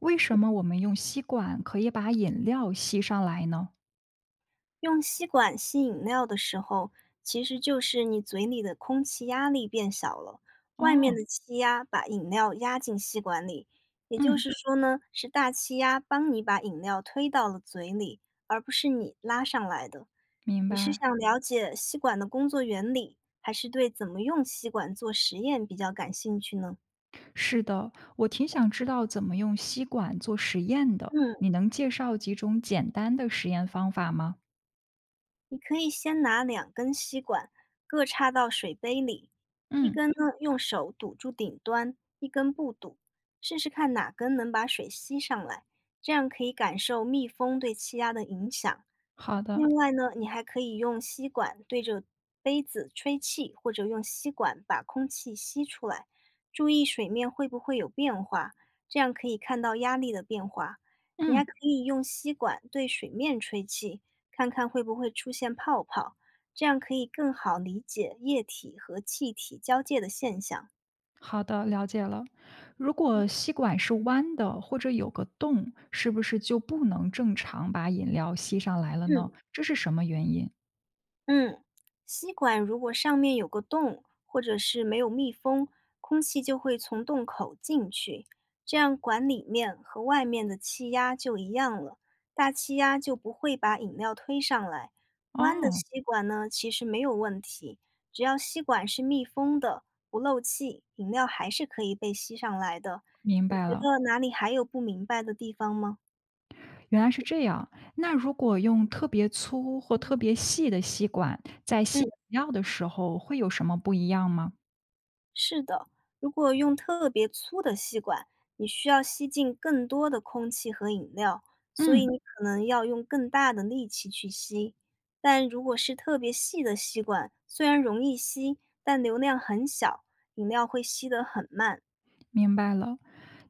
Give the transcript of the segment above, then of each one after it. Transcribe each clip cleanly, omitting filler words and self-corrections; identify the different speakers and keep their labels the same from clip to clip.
Speaker 1: 为什么我们用吸管可以把饮料吸上来呢？
Speaker 2: 用吸管吸饮料的时候，其实就是你嘴里的空气压力变小了，外面
Speaker 1: 哦，
Speaker 2: 的气压把饮料压进吸管里，也就
Speaker 1: 嗯，
Speaker 2: 是说呢，是大气压帮你把饮料推到了嘴里，而不是你拉上来的。
Speaker 1: 明
Speaker 2: 你是
Speaker 1: 白。
Speaker 2: 想了解吸管的工作原理，还是对怎么用吸管做实验比较感兴趣呢？
Speaker 1: 是的，我挺想知道怎么用吸管做实验的。你
Speaker 2: 嗯。
Speaker 1: 能介绍几种简单的实验方法吗？
Speaker 2: 你可以先拿两根吸管各插到水杯里，一
Speaker 1: 嗯，
Speaker 2: 根呢用手堵住顶端，一根不堵，试试看哪根能把水吸上来，这样可以感受密封对气压的影响。
Speaker 1: 好的。
Speaker 2: 另外呢，你还可以用吸管对着杯子吹气，或者用吸管把空气吸出来，注意水面会不会有变化，这样可以看到压力的变化。你还
Speaker 1: 嗯，
Speaker 2: 可以用吸管对水面吹气，看看会不会出现泡泡，这样可以更好理解液体和气体交界的现象。
Speaker 1: 好的，了解了。如果吸管是弯的或者有个洞，是不是就不能正常把饮料吸上来了呢？
Speaker 2: 嗯，
Speaker 1: 这是什么原因？
Speaker 2: 嗯，吸管如果上面有个洞，或者是没有密封，空气就会从洞口进去，这样管里面和外面的气压就一样了，大气压就不会把饮料推上来。弯的
Speaker 1: 哦，
Speaker 2: 吸管呢，其实没有问题，只要吸管是密封的，不漏气，饮料还是可以被吸上来的。
Speaker 1: 明
Speaker 2: 你
Speaker 1: 白
Speaker 2: 觉
Speaker 1: 了。
Speaker 2: 得哪里还有不明白的地方吗？
Speaker 1: 原来是这样。那如果用特别粗或特别细的吸管在吸
Speaker 2: 嗯。
Speaker 1: 饮料的时候，会有什么不一样吗？
Speaker 2: 是的，如果用特别粗的吸管，你需要吸进更多的空气和饮料，所以
Speaker 1: 嗯，
Speaker 2: 你可能要用更大的力气去吸。但如果是特别细的吸管，虽然容易吸，但流量很小，饮料会吸得很慢。
Speaker 1: 明白了。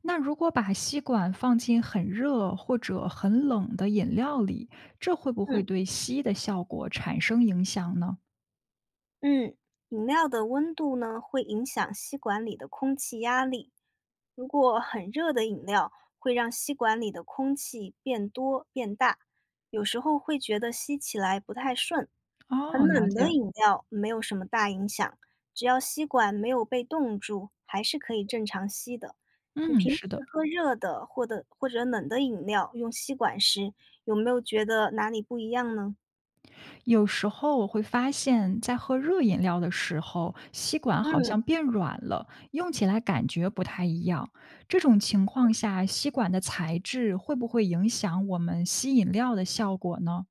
Speaker 1: 那如果把吸管放进很热或者很冷的饮料里，这会不会
Speaker 2: 嗯，
Speaker 1: 对吸的效果产生影响呢？
Speaker 2: 嗯，饮料的温度呢，会影响吸管里的空气压力。如果很热的饮料，会让吸管里的空气变多变大，有时候会觉得吸起来不太顺。很
Speaker 1: 哦，了
Speaker 2: 冷的
Speaker 1: 解。
Speaker 2: 饮料没有什么大影响，只要吸管没有被冻住，还是可以正常吸的。你
Speaker 1: 嗯，
Speaker 2: 平时
Speaker 1: 是的。
Speaker 2: 喝热的或者冷的饮料，用吸管时，有没有觉得哪里不一样呢？
Speaker 1: 有时候我会发现，在喝热饮料的时候，吸管好像
Speaker 2: 嗯
Speaker 1: 变软了，用起来感觉不太一样。这种情况下，吸管的材质会不会影响我们吸饮料的效果呢？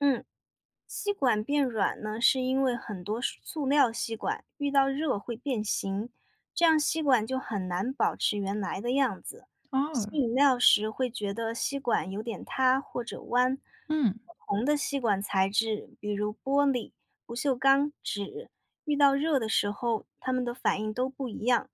Speaker 2: 嗯。吸管变软呢，是因为很多塑料吸管遇到热会变形，这样吸管就很难保持原来的样子。吸
Speaker 1: 哦，
Speaker 2: 饮料时会觉得吸管有点塌或者弯。
Speaker 1: 嗯，
Speaker 2: 不同的吸管材质，比如玻璃、不锈钢、纸，遇到热的时候，它们的反应都不一样。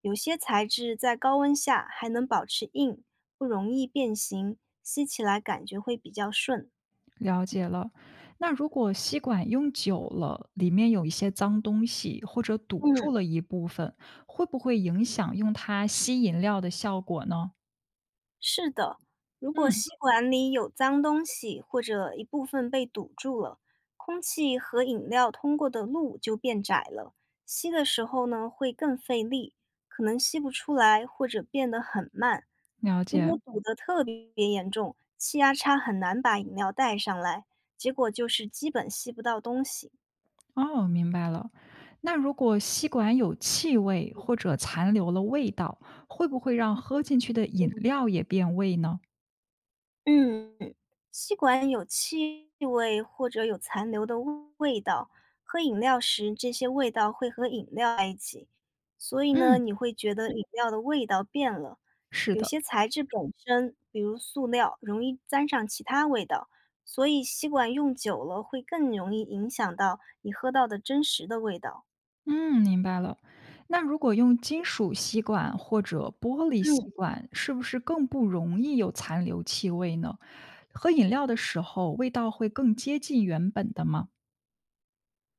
Speaker 2: 有些材质在高温下还能保持硬，不容易变形，吸起来感觉会比较顺。
Speaker 1: 了解了。那如果吸管用久了，里面有一些脏东西或者堵住
Speaker 2: 嗯。
Speaker 1: 了一部分，会不会影响用它吸饮料的效果呢？
Speaker 2: 是的，如果
Speaker 1: 嗯，
Speaker 2: 吸管里有脏东西或者一部分被堵住了，空气和饮料通过的路就变窄了，吸的时候呢会更费力，可能吸不出来或者变得很慢。
Speaker 1: 了
Speaker 2: 如
Speaker 1: 解。
Speaker 2: 果堵得特别严重，气压差很难把饮料带上来，结果就是基本吸不到东西。
Speaker 1: 哦，明白了。那如果吸管有气味或者残留了味道，会不会让喝进去的饮料也变味呢？
Speaker 2: 嗯，吸管有气味或者有残留的味道，喝饮料时这些味道会和饮料在一起，所以呢，
Speaker 1: 嗯，
Speaker 2: 你会觉得饮料的味道变了。
Speaker 1: 是
Speaker 2: 有
Speaker 1: 的。
Speaker 2: 些材质本身，比如塑料，容易沾上其他味道，所以吸管用久了会更容易影响到你喝到的真实的味道。
Speaker 1: 嗯，明白了。那如果用金属吸管或者玻璃
Speaker 2: 嗯。
Speaker 1: 吸管，是不是更不容易有残留气味呢？喝饮料的时候，味道会更接近原本的吗？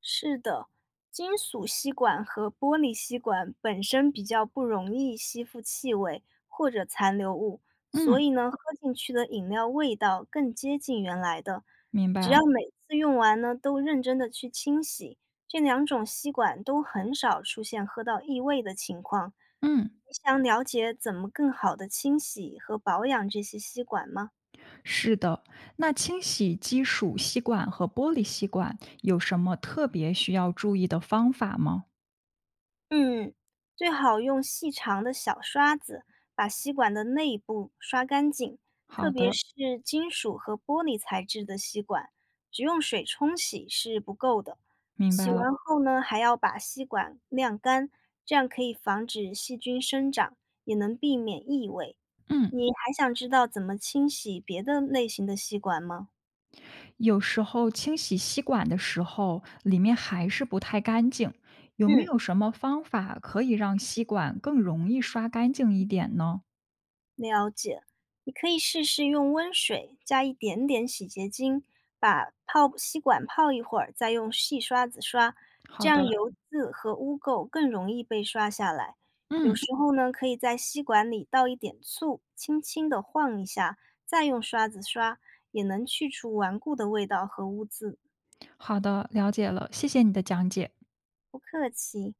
Speaker 2: 是的，金属吸管和玻璃吸管本身比较不容易吸附气味或者残留物，所
Speaker 1: 嗯，
Speaker 2: 以呢，喝进去的饮料味道更接近原来的。
Speaker 1: 明
Speaker 2: 只要
Speaker 1: 白。
Speaker 2: 每次用完呢，都认真的去清洗，这两种吸管都很少出现喝到异味的情况。
Speaker 1: 嗯。
Speaker 2: 你想了解怎么更好的清洗和保养这些吸管吗？
Speaker 1: 是的，那清洗金属吸管和玻璃吸管有什么特别需要注意的方法吗？
Speaker 2: 嗯，最好用细长的小刷子把吸管的内部刷干净，特
Speaker 1: 好
Speaker 2: 别
Speaker 1: 的，
Speaker 2: 是金属和玻璃材质的吸管，只用水冲洗是不够的。
Speaker 1: 明
Speaker 2: 洗
Speaker 1: 白了。
Speaker 2: 完后呢，还要把吸管晾干，这样可以防止细菌生长，也能避免异味。
Speaker 1: 嗯，
Speaker 2: 你还想知道怎么清洗别的类型的吸管吗？
Speaker 1: 有时候清洗吸管的时候，里面还是不太干净，有没
Speaker 2: 嗯。
Speaker 1: 有什么方法可以让吸管更容易刷干净一点呢？
Speaker 2: 了解，你可以试试用温水加一点点洗洁精，把泡吸管泡一会儿，再用细刷子刷，这
Speaker 1: 好
Speaker 2: 样
Speaker 1: 的，
Speaker 2: 油渍和污垢更容易被刷下来。有
Speaker 1: 嗯，
Speaker 2: 时候呢，可以在吸管里倒一点醋，轻轻地晃一下，再用刷子刷，也能去除顽固的味道和污渍。
Speaker 1: 好的，了解了，谢谢你的讲解。
Speaker 2: 不客气。